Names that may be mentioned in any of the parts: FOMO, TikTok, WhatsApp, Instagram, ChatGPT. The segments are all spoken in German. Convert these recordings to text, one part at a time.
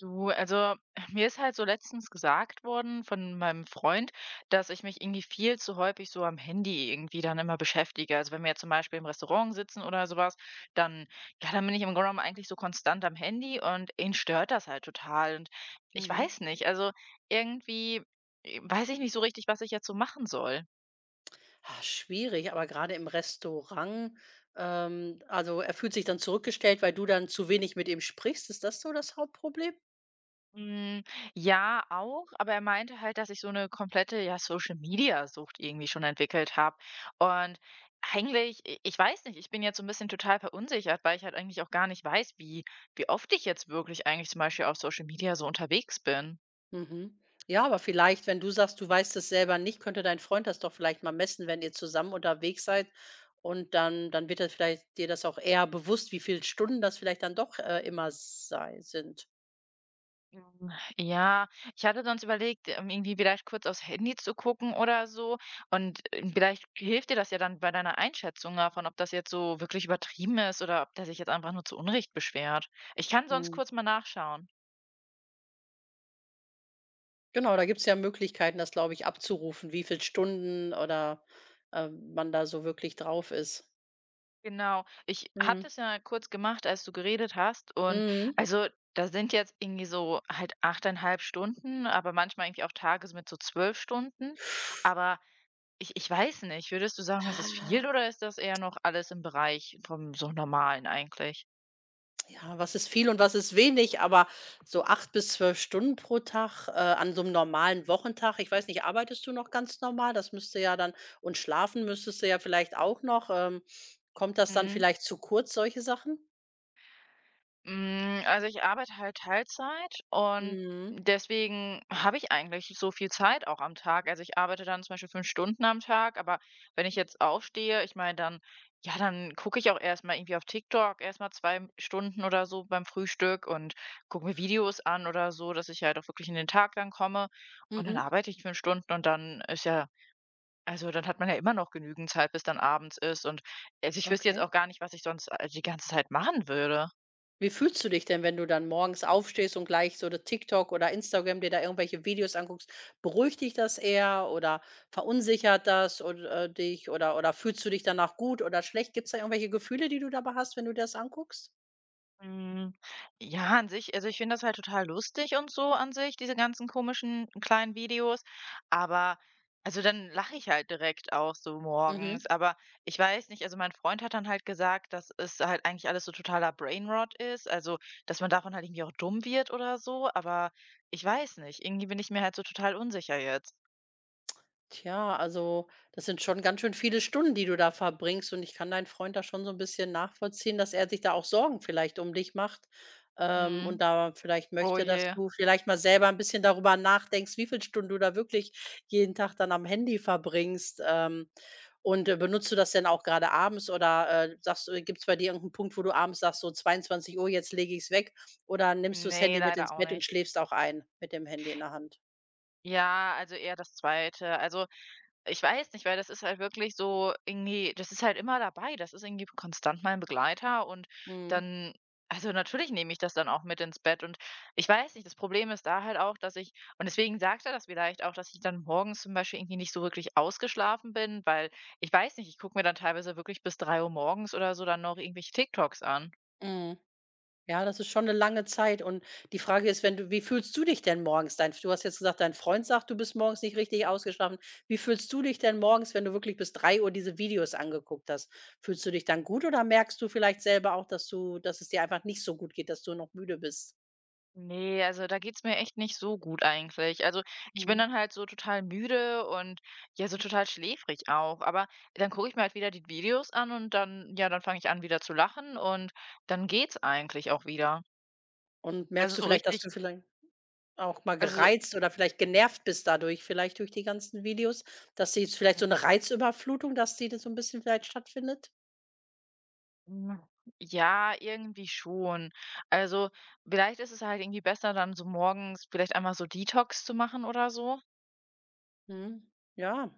Du, also mir ist halt so letztens gesagt worden von meinem Freund, dass ich mich irgendwie viel zu häufig so am Handy irgendwie dann immer beschäftige. Also wenn wir jetzt zum Beispiel im Restaurant sitzen oder sowas, dann, ja, dann bin ich im Grunde genommen eigentlich so konstant am Handy und ihn stört das halt total. Und ich Mhm. weiß nicht, also irgendwie weiß ich nicht so richtig, was ich jetzt so machen soll. Ah, schwierig, aber gerade im Restaurant, also, er fühlt sich dann zurückgestellt, weil du dann zu wenig mit ihm sprichst. Ist das so das Hauptproblem? Hm, ja, auch, aber er meinte halt, dass ich so eine komplette, ja, Social-Media-Sucht irgendwie schon entwickelt habe. Und eigentlich i ich weiß nicht, ich bin jetzt so ein bisschen total verunsichert, weil ich halt eigentlich auch gar nicht weiß, wie wie oft ich jetzt wirklich eigentlich zum Beispiel auf Social Media so unterwegs bin. Mhm. Ja, aber vielleicht, wenn du sagst, du weißt es selber nicht, könnte dein Freund das doch vielleicht mal messen, wenn ihr zusammen unterwegs seid und dann wird er vielleicht dir das auch eher bewusst, wie viel Stunden das vielleicht dann doch, immer sei sind. Hm, ja, ich hatte sonst überlegt, irgendwie vielleicht kurz aufs Handy zu gucken oder so. Und, vielleicht hilft dir das ja dann bei deiner Einschätzung davon, ob das jetzt so wirklich übertrieben ist oder ob der sich jetzt einfach nur zu Unrecht beschwert. Ich kann sonst Mhm. kurz mal nachschauen. Genau, da gibt's ja Möglichkeiten, das, glaube ich, abzurufen, wie viel Stunden oder, man da so wirklich drauf ist. Genau. Ich habe Mhm. das ja kurz gemacht, als du geredet hast. Und Mhm. also, da sind jetzt irgendwie so halt 8,5 Stunden, aber manchmal irgendwie auch Tage so mit so 12 Stunden. Aber ich weiß nicht. Würdest du sagen, das ist Ah, viel oder ist das eher noch alles im Bereich vom so Normalen eigentlich? ja, was ist viel und was ist wenig, aber so 8 bis 12 Stunden pro Tag, an so einem normalen Wochentag. Ich weiß nicht, arbeitest du noch ganz normal? Das müsste ja dann und schlafen müsstest du ja vielleicht auch noch. Kommt das dann Mhm. vielleicht zu kurz, solche Sachen? Hm, also ich arbeite halt Teilzeit und Mhm. deswegen habe ich eigentlich so viel Zeit auch am Tag. Also ich arbeite dann zum Beispiel 5 Stunden am Tag, aber wenn ich jetzt aufstehe, ich meine dann ja, dann gucke ich auch erstmal irgendwie auf TikTok, erstmal 2 Stunden oder so beim Frühstück und gucke mir Videos an oder so, dass ich halt auch wirklich in den Tag dann komme. Und dann Mhm. arbeite ich 5 Stunden und dann ist ja, also, dann hat man ja immer noch genügend Zeit, bis dann abends ist und also, ich wüsste jetzt auch Okay. gar nicht, was ich sonst, die ganze Zeit machen würde. Wie fühlst du dich denn, wenn du dann morgens aufstehst und gleich so das TikTok oder Instagram dir da irgendwelche Videos anguckst? Beruhigt dich das eher oder verunsichert das oder dich oder fühlst du dich danach gut oder schlecht? Gibt's da irgendwelche Gefühle, die du dabei hast, wenn du dir das anguckst? Mhm. Ja, an sich also, ich finde das halt total lustig und so an sich, diese ganzen komischen kleinen Videos, aber also, dann lache ich halt direkt auch so morgens, Mhm. aber ich weiß nicht, also, mein Freund hat dann halt gesagt, dass es halt eigentlich alles so totaler Brainrot ist, also, dass man davon halt irgendwie auch dumm wird oder so, aber ich weiß nicht, irgendwie bin ich mir halt so total unsicher jetzt. Tja, also das sind schon ganz schön viele Stunden, die du da verbringst. Und ich kann deinen Freund da schon so ein bisschen nachvollziehen, dass er sich da auch Sorgen vielleicht um dich macht Mhm. und da vielleicht Oh möchte, dass je. du vielleicht mal selber ein bisschen darüber nachdenkst, wie viele Stunden du da wirklich jeden Tag dann am Handy verbringst. Und benutzt du das denn auch gerade abends oder sagst, gibt es bei dir irgendeinen Punkt, wo du abends sagst, so 22 Uhr, jetzt lege ich es weg? Oder nimmst du das Nee, Handy mit ins leider auch Bett und nicht. schläfst auch ein mit dem Handy in der Hand? Ja, also eher das Zweite. Also, ich weiß nicht, weil das ist halt wirklich so irgendwie, das ist halt immer dabei. Das ist irgendwie konstant mein Begleiter und Mhm. dann also, natürlich nehme ich das dann auch mit ins Bett und ich weiß nicht, das Problem ist da halt auch, dass ich und deswegen sagt er das vielleicht auch, dass ich dann morgens zum Beispiel irgendwie nicht so wirklich ausgeschlafen bin, weil ich weiß nicht, ich gucke mir dann teilweise wirklich bis 3 Uhr morgens oder so dann noch irgendwelche TikToks an. Mhm. Ja, das ist schon 'ne lange Zeit und die Frage ist, wenn du wie fühlst du dich denn morgens? Dein du hast jetzt gesagt, dein Freund sagt, du bist morgens nicht richtig ausgeschlafen. Wie fühlst du dich denn morgens, wenn du wirklich bis 3 Uhr diese Videos angeguckt hast? Fühlst du dich dann gut oder merkst du vielleicht selber auch, dass es dir einfach nicht so gut geht, dass du noch müde bist? Nee, also da geht's mir echt nicht so gut eigentlich. Also, ich bin Mhm. dann halt so total müde und ja, so total schläfrig auch. Aber dann gucke ich mir halt wieder die Videos an und dann ja, dann fange ich an, wieder zu lachen und dann geht's eigentlich auch wieder. Und merkst Also, du so vielleicht, dass richtig du vielleicht auch mal also, gereizt oder vielleicht genervt bist dadurch, vielleicht durch die ganzen Videos, dass sie jetzt vielleicht so 'ne Reizüberflutung, dass die da so 'n bisschen vielleicht stattfindet? hm, ja, irgendwie schon. Also, vielleicht ist es halt irgendwie besser, dann so morgens vielleicht einmal so Detox zu machen oder so. Mhm, ja.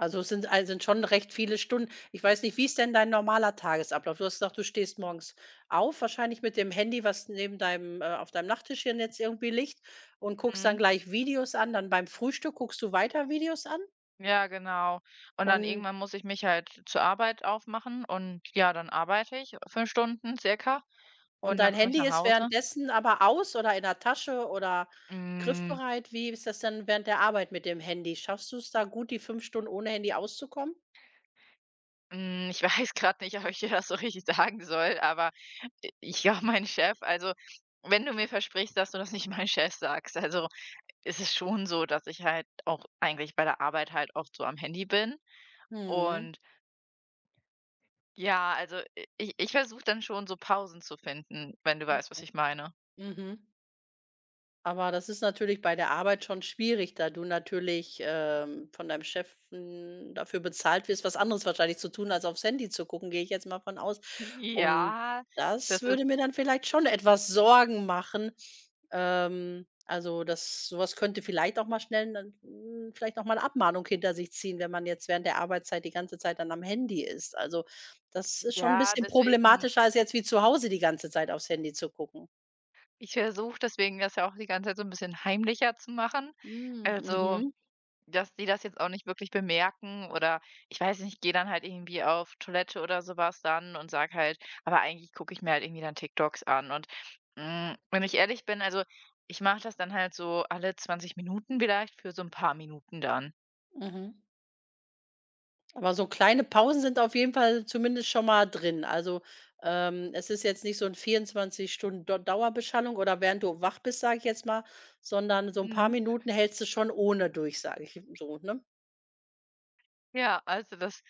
Also, es sind ei sind schon recht viele Stunden. Ich weiß nicht, wie ist denn dein normaler Tagesablauf? Du hast gesagt, du stehst morgens auf, wahrscheinlich mit dem Handy, was neben deinem auf deinem Nachttischchen jetzt irgendwie liegt und guckst dann Mhm. gleich Videos an. Dann beim Frühstück guckst du weiter Videos an Ja, genau. Und dann und irgendwann muss ich mich halt zur Arbeit aufmachen und ja, dann arbeite ich 5 Stunden circa und und dann dein komme ich Handy nach ist Hause. währenddessen aber aus oder in der Tasche oder Hm, griffbereit? Wie ist das denn während der Arbeit mit dem Handy? Schaffst du es da gut, die 5 Stunden ohne Handy auszukommen? hm, ich weiß gerade nicht, ob ich dir das so richtig sagen soll, aber i ich glaube, mein Chef also, wenn du mir versprichst, dass du das nicht meinem Chef sagst, also, ist es schon so, dass ich halt auch eigentlich bei der Arbeit halt oft so am Handy bin Mhm, und ja, also, i ich ich versuche dann schon so Pausen zu finden, wenn du weißt, was okay. ich meine. Mhm. Aber das ist natürlich bei der Arbeit schon schwierig, da du natürlich, von deinem Chef, dafür bezahlt wirst, was anderes wahrscheinlich zu tun, als aufs Handy zu gucken, gehe ich jetzt mal von aus. Und Ja, das das ist würde mir dann vielleicht schon etwas Sorgen machen. Also, das so was könnte vielleicht auch mal schnell vielleicht auch mal 'ne Abmahnung hinter sich ziehen, wenn man jetzt während der Arbeitszeit die ganze Zeit dann am Handy ist. Also, das ist schon ein ja, bisschen deswegen problematischer als jetzt wie zu Hause die ganze Zeit aufs Handy zu gucken. ich versuche deswegen das ja auch die ganze Zeit so ein bisschen heimlicher zu machen. Hm, Also, mhm, dass die das jetzt auch nicht wirklich bemerken oder ich weiß nicht, gehe dann halt irgendwie auf Toilette oder sowas dann und sag halt aber eigentlich gucke ich mir halt irgendwie dann TikToks an und, hm, wenn ich ehrlich bin, also, ich mache das dann halt so alle 20 Minuten vielleicht für so ein paar Minuten dann. mhm. Aber so kleine Pausen sind auf jeden Fall zumindest schon mal drin. Also, es ist jetzt nicht so 'n 24 Stunden Dauerbeschallung oder während du wach bist, sage ich jetzt mal, sondern so ein paar Mhm. Minuten hältst du schon ohne durch, sage ich so, ne? Ja, also das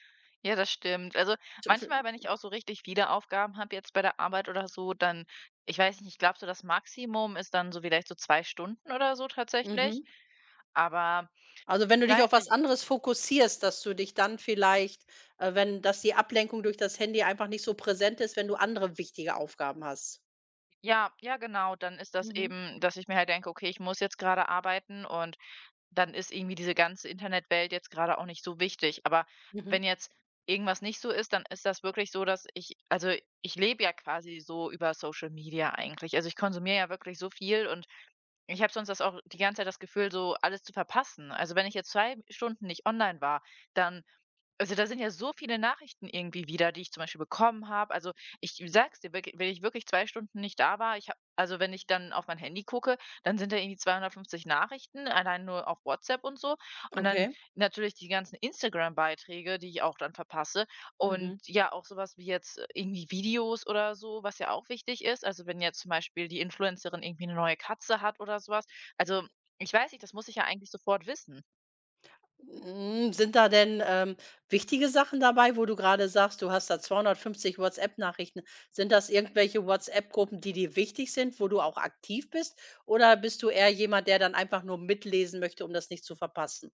ja, das stimmt. Also, Zu vi manchmal, wenn ich auch so richtig viele Aufgaben habe jetzt bei der Arbeit oder so, dann ich weiß nicht, ich glaube so das Maximum ist dann so vielleicht so 2 Stunden oder so tatsächlich. mhm. Aber Also, wenn du ich dich auf weiß was nicht. anderes fokussierst, dass du dich dann vielleicht, wenn dass die Ablenkung durch das Handy einfach nicht so präsent ist, wenn du andere wichtige Aufgaben hast. Ja, ja, genau. Dann ist das Mhm. eben, dass ich mir halt denke: „Okay, ich muss jetzt gerade arbeiten“ und dann ist irgendwie diese ganze Internetwelt jetzt gerade auch nicht so wichtig. Aber Mhm. wenn jetzt irgendwas nicht so ist, dann ist das wirklich so, dass ich also, ich lebe ja quasi so über Social Media eigentlich. Also, ich konsumiere ja wirklich so viel und ich habe sonst das auch die ganze Zeit das Gefühl, so alles zu verpassen. Also, wenn ich jetzt 2 Stunden nicht online war, dann also, da sind ja so viele Nachrichten irgendwie wieder, die ich zum Beispiel bekommen habe. Also, ich sag's dir, wirk wenn ich wirklich 2 Stunden nicht da war, ich habe also, wenn ich dann auf mein Handy gucke, dann sind da irgendwie 250 Nachrichten, allein nur auf WhatsApp und so. Und dann Okay. natürlich die ganzen Instagram-Beiträge, die ich auch dann verpasse. Und Mhm. ja, auch sowas wie jetzt irgendwie Videos oder so, was ja auch wichtig ist. Also, wenn jetzt zum Beispiel die Influencerin irgendwie eine neue Katze hat oder sowas. Also, ich weiß nicht, das muss ich ja eigentlich sofort wissen. Hm, sind da denn, wichtige Sachen dabei, wo du gerade sagst, du hast da 250 WhatsApp-Nachrichten? Sind das irgendwelche WhatsApp-Gruppen, die dir wichtig sind, wo du auch aktiv bist? Oder bist du eher jemand, der dann einfach nur mitlesen möchte, um das nicht zu verpassen?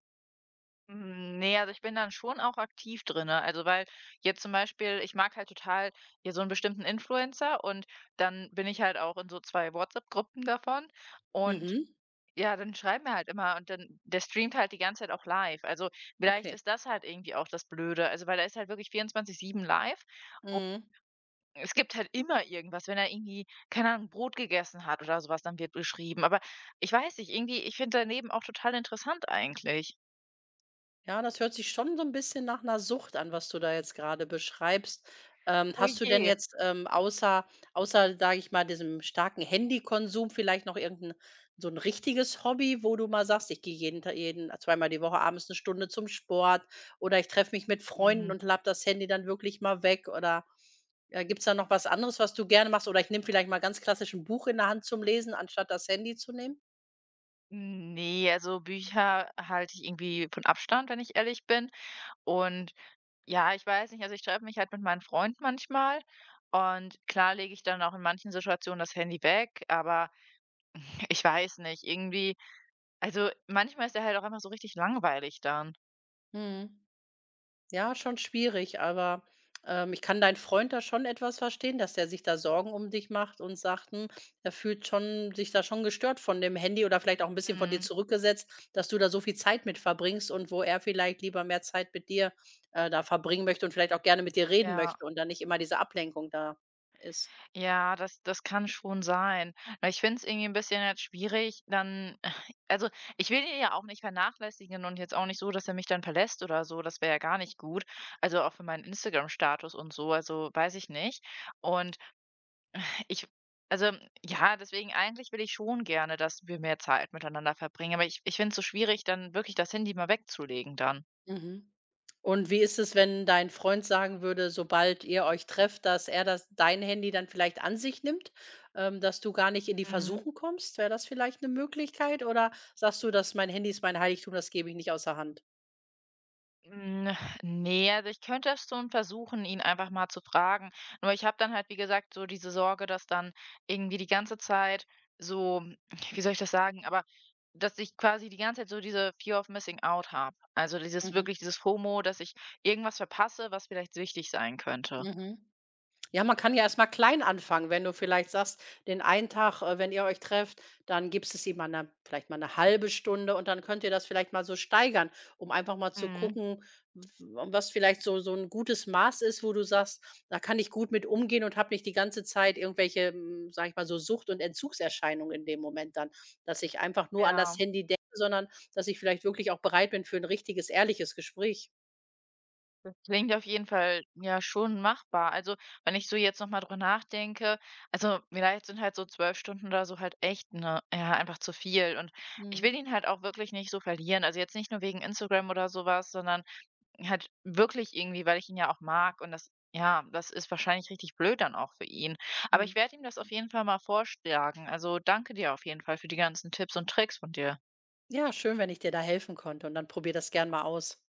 Hm, ne, also ich bin dann schon auch aktiv drin, ne? Also, weil jetzt zum Beispiel ich mag halt total, ja, so einen bestimmten Influencer und dann bin ich halt auch in so 2 WhatsApp-Gruppen davon und Mhm, ja, dann schreiben wir halt immer und dann der streamt halt die ganze Zeit auch live. Also, vielleicht okay. ist das halt irgendwie auch das Blöde, also, weil er ist halt wirklich 24/7 live und Mhm. es gibt halt immer irgendwas. Wenn er irgendwie, keine Ahnung, Brot gegessen hat oder sowas, dann wird geschrieben. Aber ich weiß nicht, irgendwie ich finde daneben auch total interessant eigentlich. Ja, das hört sich schon so ein bisschen nach einer Sucht an, was du da jetzt gerade beschreibst. Ähm, Oh hast du denn je. jetzt, außer, sage ich mal, diesem starken Handykonsum vielleicht noch irgendein so ein richtiges Hobby, wo du mal sagst: „Ich gehe jeden Ta jeden zweimal die Woche abends eine Stunde zum Sport“ oder „ich treffe mich mit Freunden Mhm. und klappe das Handy dann wirklich mal weg“ oder, gibt's da noch was anderes, was du gerne machst? Oder ich nehme vielleicht mal ganz klassisch 'n Buch in der Hand zum Lesen, anstatt das Handy zu nehmen? Nee, also Bücher halte ich irgendwie von Abstand, wenn ich ehrlich bin. Und ja, ich weiß nicht, also ich treffe mich halt mit meinem Freund manchmal und klar lege ich dann auch in manchen Situationen das Handy weg, aber ich weiß nicht, irgendwie also manchmal ist er halt auch einfach so richtig langweilig dann. Mhm. Ja, schon schwierig, aber, ich kann deinen Freund da schon etwas verstehen, dass der sich da Sorgen um dich macht und sagt, er fühlt schon sich da schon gestört von dem Handy oder vielleicht auch ein bisschen von dir Mhm, zurückgesetzt, dass du da so viel Zeit mit verbringst und wo er vielleicht lieber mehr Zeit mit dir, da verbringen möchte und vielleicht auch gerne mit dir reden ja. möchte und dann nicht immer diese Ablenkung da ist. Ja, das das kann schon sein. Na, ich finde es irgendwie ein bisschen jetzt schwierig, dann also, ich will ihn ja auch nicht vernachlässigen und jetzt auch nicht so, dass er mich dann verlässt oder so. Das wäre ja gar nicht gut. Also, auch für meinen Instagram-Status und so, also, weiß ich nicht. Und ich also, ja, deswegen eigentlich will ich schon gerne, dass wir mehr Zeit miteinander verbringen, aber ich finde es so schwierig, dann wirklich das Handy mal wegzulegen dann. Mhm. Und wie ist es, wenn dein Freund sagen würde, sobald ihr euch trefft, dass er das dein Handy dann vielleicht an sich nimmt, dass du gar nicht in die Mhm. Versuchung kommst? Wäre das vielleicht eine Möglichkeit oder sagst du: dass mein Handy ist mein Heiligtum, das gebe ich nicht außer Hand?“ Hm, ne, also, ich könnte es schon versuchen, ihn einfach mal zu fragen. Nur ich habe dann halt, wie gesagt, so diese Sorge, dass dann irgendwie die ganze Zeit so wie soll ich das sagen? Aber dass ich quasi die ganze Zeit so diese Fear of Missing Out habe. Also, dieses Mhm, wirklich dieses FOMO, dass ich irgendwas verpasse, was vielleicht wichtig sein könnte. mhm. Ja, man kann ja erstmal klein anfangen, wenn du vielleicht sagst, den einen Tag, wenn ihr euch trefft, dann gibst es ihm mal eine vielleicht mal eine halbe Stunde und dann könnt ihr das vielleicht mal so steigern, um einfach mal zu Mhm, gucken, w was vielleicht so ein gutes Maß ist, wo du sagst: „Da kann ich gut mit umgehen und habe nicht die ganze Zeit irgendwelche, sage ich mal, so Sucht und Entzugserscheinungen in dem Moment dann, dass ich einfach nur an das ja. Handy denke, sondern dass ich vielleicht wirklich auch bereit bin für ein richtiges, ehrliches Gespräch.“ Das klingt auf jeden Fall ja schon machbar. Also, wenn ich so jetzt noch mal drüber nachdenke, also vielleicht sind halt so 12 Stunden oder so halt echt 'ne, ja, einfach zu viel und ich Mhm. will ihn halt auch wirklich nicht so verlieren. Also, jetzt nicht nur wegen Instagram oder sowas, sondern halt wirklich irgendwie, weil ich ihn ja auch mag und das, ja, das ist wahrscheinlich richtig blöd dann auch für ihn. Aber Mhm. ich werde ihm das auf jeden Fall mal vorschlagen. Also, danke dir auf jeden Fall für die ganzen Tipps und Tricks von dir. Ja, schön, wenn ich dir da helfen konnte und dann probier das gern mal aus.